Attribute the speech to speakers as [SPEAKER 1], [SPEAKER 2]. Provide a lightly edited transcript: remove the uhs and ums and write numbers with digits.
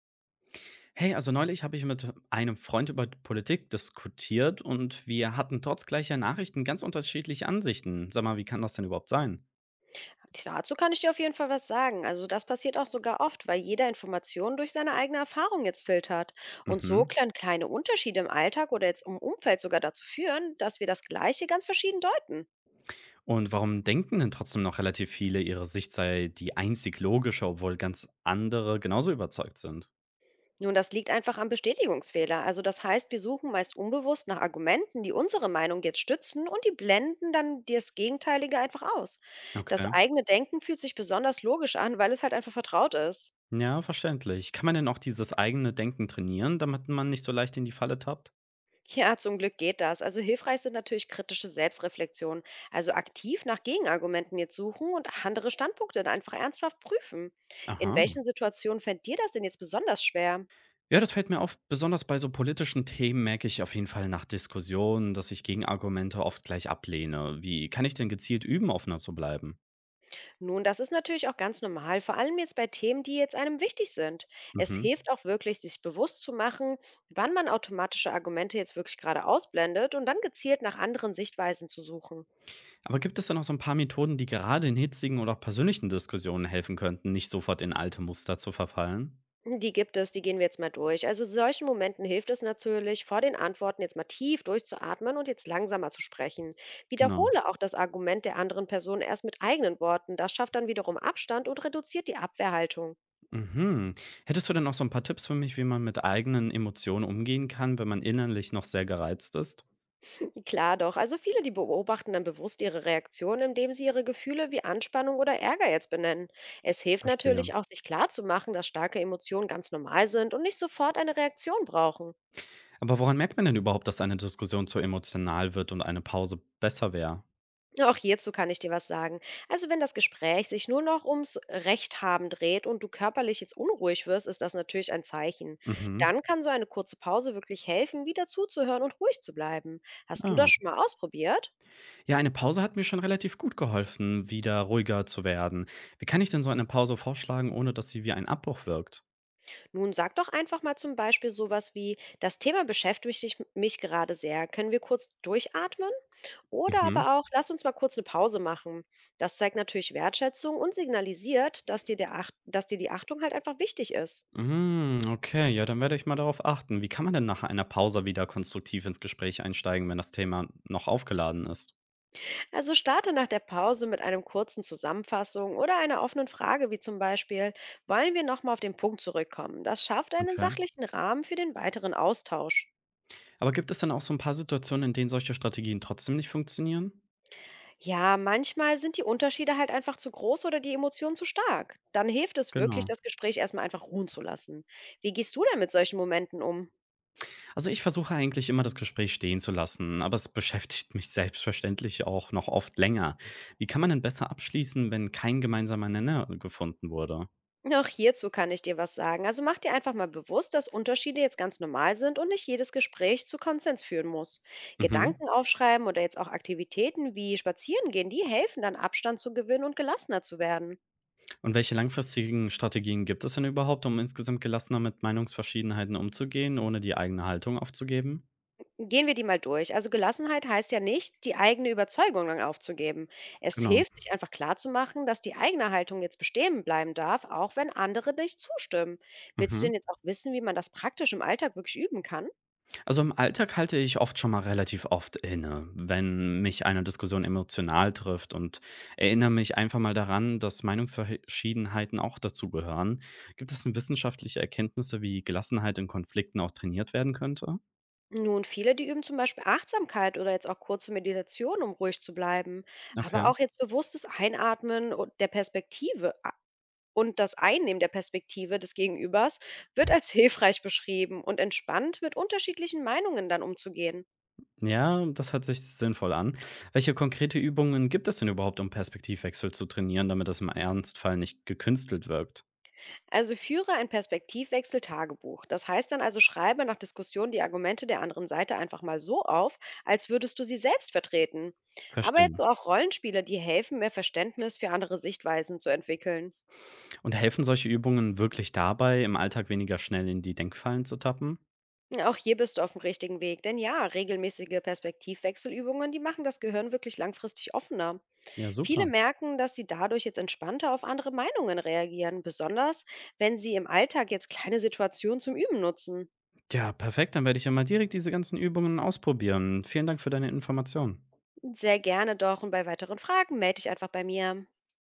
[SPEAKER 1] Hey, also neulich habe ich mit einem Freund über Politik diskutiert und wir hatten trotz gleicher Nachrichten ganz unterschiedliche Ansichten. Sag mal, wie kann das denn überhaupt sein?
[SPEAKER 2] Dazu kann ich dir auf jeden Fall was sagen. Also das passiert auch sogar oft, weil jeder Information durch seine eigene Erfahrung jetzt filtert. Und so
[SPEAKER 1] Mhm.
[SPEAKER 2] können kleine Unterschiede im Alltag oder jetzt im Umfeld sogar dazu führen, dass wir das Gleiche ganz verschieden deuten.
[SPEAKER 1] Und warum denken denn trotzdem noch relativ viele, ihre Sicht sei die einzig logische, obwohl ganz andere genauso überzeugt sind?
[SPEAKER 2] Nun, das liegt einfach am Bestätigungsfehler. Also das heißt, wir suchen meist unbewusst nach Argumenten, die unsere Meinung jetzt stützen und die blenden dann das Gegenteilige einfach aus. Das
[SPEAKER 1] Okay.
[SPEAKER 2] eigene Denken fühlt sich besonders logisch an, weil es halt einfach vertraut ist.
[SPEAKER 1] Ja, verständlich. Kann man denn auch dieses eigene Denken trainieren, damit man nicht so leicht in die Falle tappt?
[SPEAKER 2] Ja, zum Glück geht das. Also hilfreich sind natürlich kritische Selbstreflexionen. Also aktiv nach Gegenargumenten jetzt suchen und andere Standpunkte dann einfach ernsthaft prüfen. In
[SPEAKER 1] Aha.
[SPEAKER 2] welchen Situationen fällt dir das denn jetzt besonders schwer?
[SPEAKER 1] Ja, das fällt mir auf. Besonders bei so politischen Themen merke ich auf jeden Fall nach Diskussionen, dass ich Gegenargumente oft gleich ablehne. Wie kann ich denn gezielt üben, offener zu bleiben?
[SPEAKER 2] Nun, das ist natürlich auch ganz normal, vor allem jetzt bei Themen, die jetzt einem wichtig sind. Es
[SPEAKER 1] Mhm.
[SPEAKER 2] hilft auch wirklich, sich bewusst zu machen, wann man automatische Argumente jetzt wirklich gerade ausblendet und dann gezielt nach anderen Sichtweisen zu suchen.
[SPEAKER 1] Aber gibt es denn auch so ein paar Methoden, die gerade in hitzigen oder auch persönlichen Diskussionen helfen könnten, nicht sofort in alte Muster zu verfallen?
[SPEAKER 2] Die gibt es, die gehen wir jetzt mal durch. Also solchen Momenten hilft es natürlich, vor den Antworten jetzt mal tief durchzuatmen und jetzt langsamer zu sprechen.
[SPEAKER 1] Genau.
[SPEAKER 2] Wiederhole auch das Argument der anderen Person erst mit eigenen Worten. Das schafft dann wiederum Abstand und reduziert die Abwehrhaltung.
[SPEAKER 1] Mhm. Hättest du denn auch so ein paar Tipps für mich, wie man mit eigenen Emotionen umgehen kann, wenn man innerlich noch sehr gereizt ist?
[SPEAKER 2] Klar doch, also viele, die beobachten dann bewusst ihre Reaktion, indem sie ihre Gefühle wie Anspannung oder Ärger jetzt benennen. Es hilft
[SPEAKER 1] Verstehe.
[SPEAKER 2] natürlich auch, sich klarzumachen, dass starke Emotionen ganz normal sind und nicht sofort eine Reaktion brauchen.
[SPEAKER 1] Aber woran merkt man denn überhaupt, dass eine Diskussion zu emotional wird und eine Pause besser wäre?
[SPEAKER 2] Ja, auch hierzu kann ich dir was sagen. Also wenn das Gespräch sich nur noch ums Recht haben dreht und du körperlich jetzt unruhig wirst, ist das natürlich ein Zeichen.
[SPEAKER 1] Mhm.
[SPEAKER 2] Dann kann so eine kurze Pause wirklich helfen, wieder zuzuhören und ruhig zu bleiben. Hast du
[SPEAKER 1] Ah,
[SPEAKER 2] das schon mal ausprobiert?
[SPEAKER 1] ja, eine Pause hat mir schon relativ gut geholfen, wieder ruhiger zu werden. Wie kann ich denn so eine Pause vorschlagen, ohne dass sie wie ein Abbruch wirkt?
[SPEAKER 2] Nun sag doch einfach mal zum Beispiel sowas wie, das Thema beschäftigt mich gerade sehr. Können wir kurz durchatmen? Oder
[SPEAKER 1] Mhm.
[SPEAKER 2] aber auch, lass uns mal kurz eine Pause machen. Das zeigt natürlich Wertschätzung und signalisiert, dass dir die Achtung halt einfach wichtig ist.
[SPEAKER 1] Mhm, okay, ja, dann werde ich mal darauf achten. Wie kann man denn nach einer Pause wieder konstruktiv ins Gespräch einsteigen, wenn das Thema noch aufgeladen ist?
[SPEAKER 2] Also starte nach der Pause mit einem kurzen Zusammenfassung oder einer offenen Frage, wie zum Beispiel, wollen wir nochmal auf den Punkt zurückkommen? Das schafft einen
[SPEAKER 1] Okay.
[SPEAKER 2] sachlichen Rahmen für den weiteren Austausch.
[SPEAKER 1] Aber gibt es dann auch so ein paar Situationen, in denen solche Strategien trotzdem nicht funktionieren?
[SPEAKER 2] Ja, manchmal sind die Unterschiede halt einfach zu groß oder die Emotionen zu stark. Dann hilft es wirklich,
[SPEAKER 1] Genau.
[SPEAKER 2] das Gespräch erstmal einfach ruhen zu lassen. Wie gehst du denn mit solchen Momenten um?
[SPEAKER 1] Also ich versuche eigentlich immer das Gespräch stehen zu lassen, aber es beschäftigt mich selbstverständlich auch noch oft länger. Wie kann man denn besser abschließen, wenn kein gemeinsamer Nenner gefunden wurde?
[SPEAKER 2] Auch hierzu kann ich dir was sagen. Also mach dir einfach mal bewusst, dass Unterschiede jetzt ganz normal sind und nicht jedes Gespräch zu Konsens führen muss.
[SPEAKER 1] Mhm.
[SPEAKER 2] Gedanken aufschreiben oder jetzt auch Aktivitäten wie Spazieren gehen, die helfen dann Abstand zu gewinnen und gelassener zu werden.
[SPEAKER 1] Und welche langfristigen Strategien gibt es denn überhaupt, um insgesamt gelassener mit Meinungsverschiedenheiten umzugehen, ohne die eigene Haltung aufzugeben?
[SPEAKER 2] Gehen wir die mal durch. Also Gelassenheit heißt ja nicht, die eigene Überzeugung dann aufzugeben. Es
[SPEAKER 1] Genau.
[SPEAKER 2] hilft, sich einfach klarzumachen, dass die eigene Haltung jetzt bestehen bleiben darf, auch wenn andere nicht zustimmen. Willst du
[SPEAKER 1] Mhm.
[SPEAKER 2] denn jetzt auch wissen, wie man das praktisch im Alltag wirklich üben kann?
[SPEAKER 1] Also im Alltag halte ich oft schon mal relativ oft inne, wenn mich eine Diskussion emotional trifft und erinnere mich einfach mal daran, dass Meinungsverschiedenheiten auch dazugehören. Gibt es denn wissenschaftliche Erkenntnisse, wie Gelassenheit in Konflikten auch trainiert werden könnte?
[SPEAKER 2] Nun, viele, die üben zum Beispiel Achtsamkeit oder jetzt auch kurze Meditation, um ruhig zu bleiben. Aber
[SPEAKER 1] Okay.
[SPEAKER 2] auch jetzt bewusstes Einatmen und das Einnehmen der Perspektive des Gegenübers wird als hilfreich beschrieben und entspannt mit unterschiedlichen Meinungen dann umzugehen.
[SPEAKER 1] Ja, das hört sich sinnvoll an. Welche konkrete Übungen gibt es denn überhaupt, um Perspektivwechsel zu trainieren, damit das im Ernstfall nicht gekünstelt wirkt?
[SPEAKER 2] Also führe ein Perspektivwechsel-Tagebuch. Das heißt dann also, schreibe nach Diskussion die Argumente der anderen Seite einfach mal so auf, als würdest du sie selbst vertreten. Aber jetzt so
[SPEAKER 1] Verstehen.
[SPEAKER 2] auch Rollenspiele, die helfen, mehr Verständnis für andere Sichtweisen zu entwickeln.
[SPEAKER 1] Und helfen solche Übungen wirklich dabei, im Alltag weniger schnell in die Denkfallen zu tappen?
[SPEAKER 2] Auch hier bist du auf dem richtigen Weg, denn ja, regelmäßige Perspektivwechselübungen, die machen das Gehirn wirklich langfristig offener.
[SPEAKER 1] Ja,
[SPEAKER 2] Viele
[SPEAKER 1] super.
[SPEAKER 2] merken, dass sie dadurch jetzt entspannter auf andere Meinungen reagieren, besonders wenn sie im Alltag jetzt kleine Situationen zum Üben nutzen.
[SPEAKER 1] Ja, perfekt. Dann werde ich ja mal direkt diese ganzen Übungen ausprobieren. Vielen Dank für deine Informationen.
[SPEAKER 2] Sehr gerne doch und bei weiteren Fragen melde dich einfach bei mir.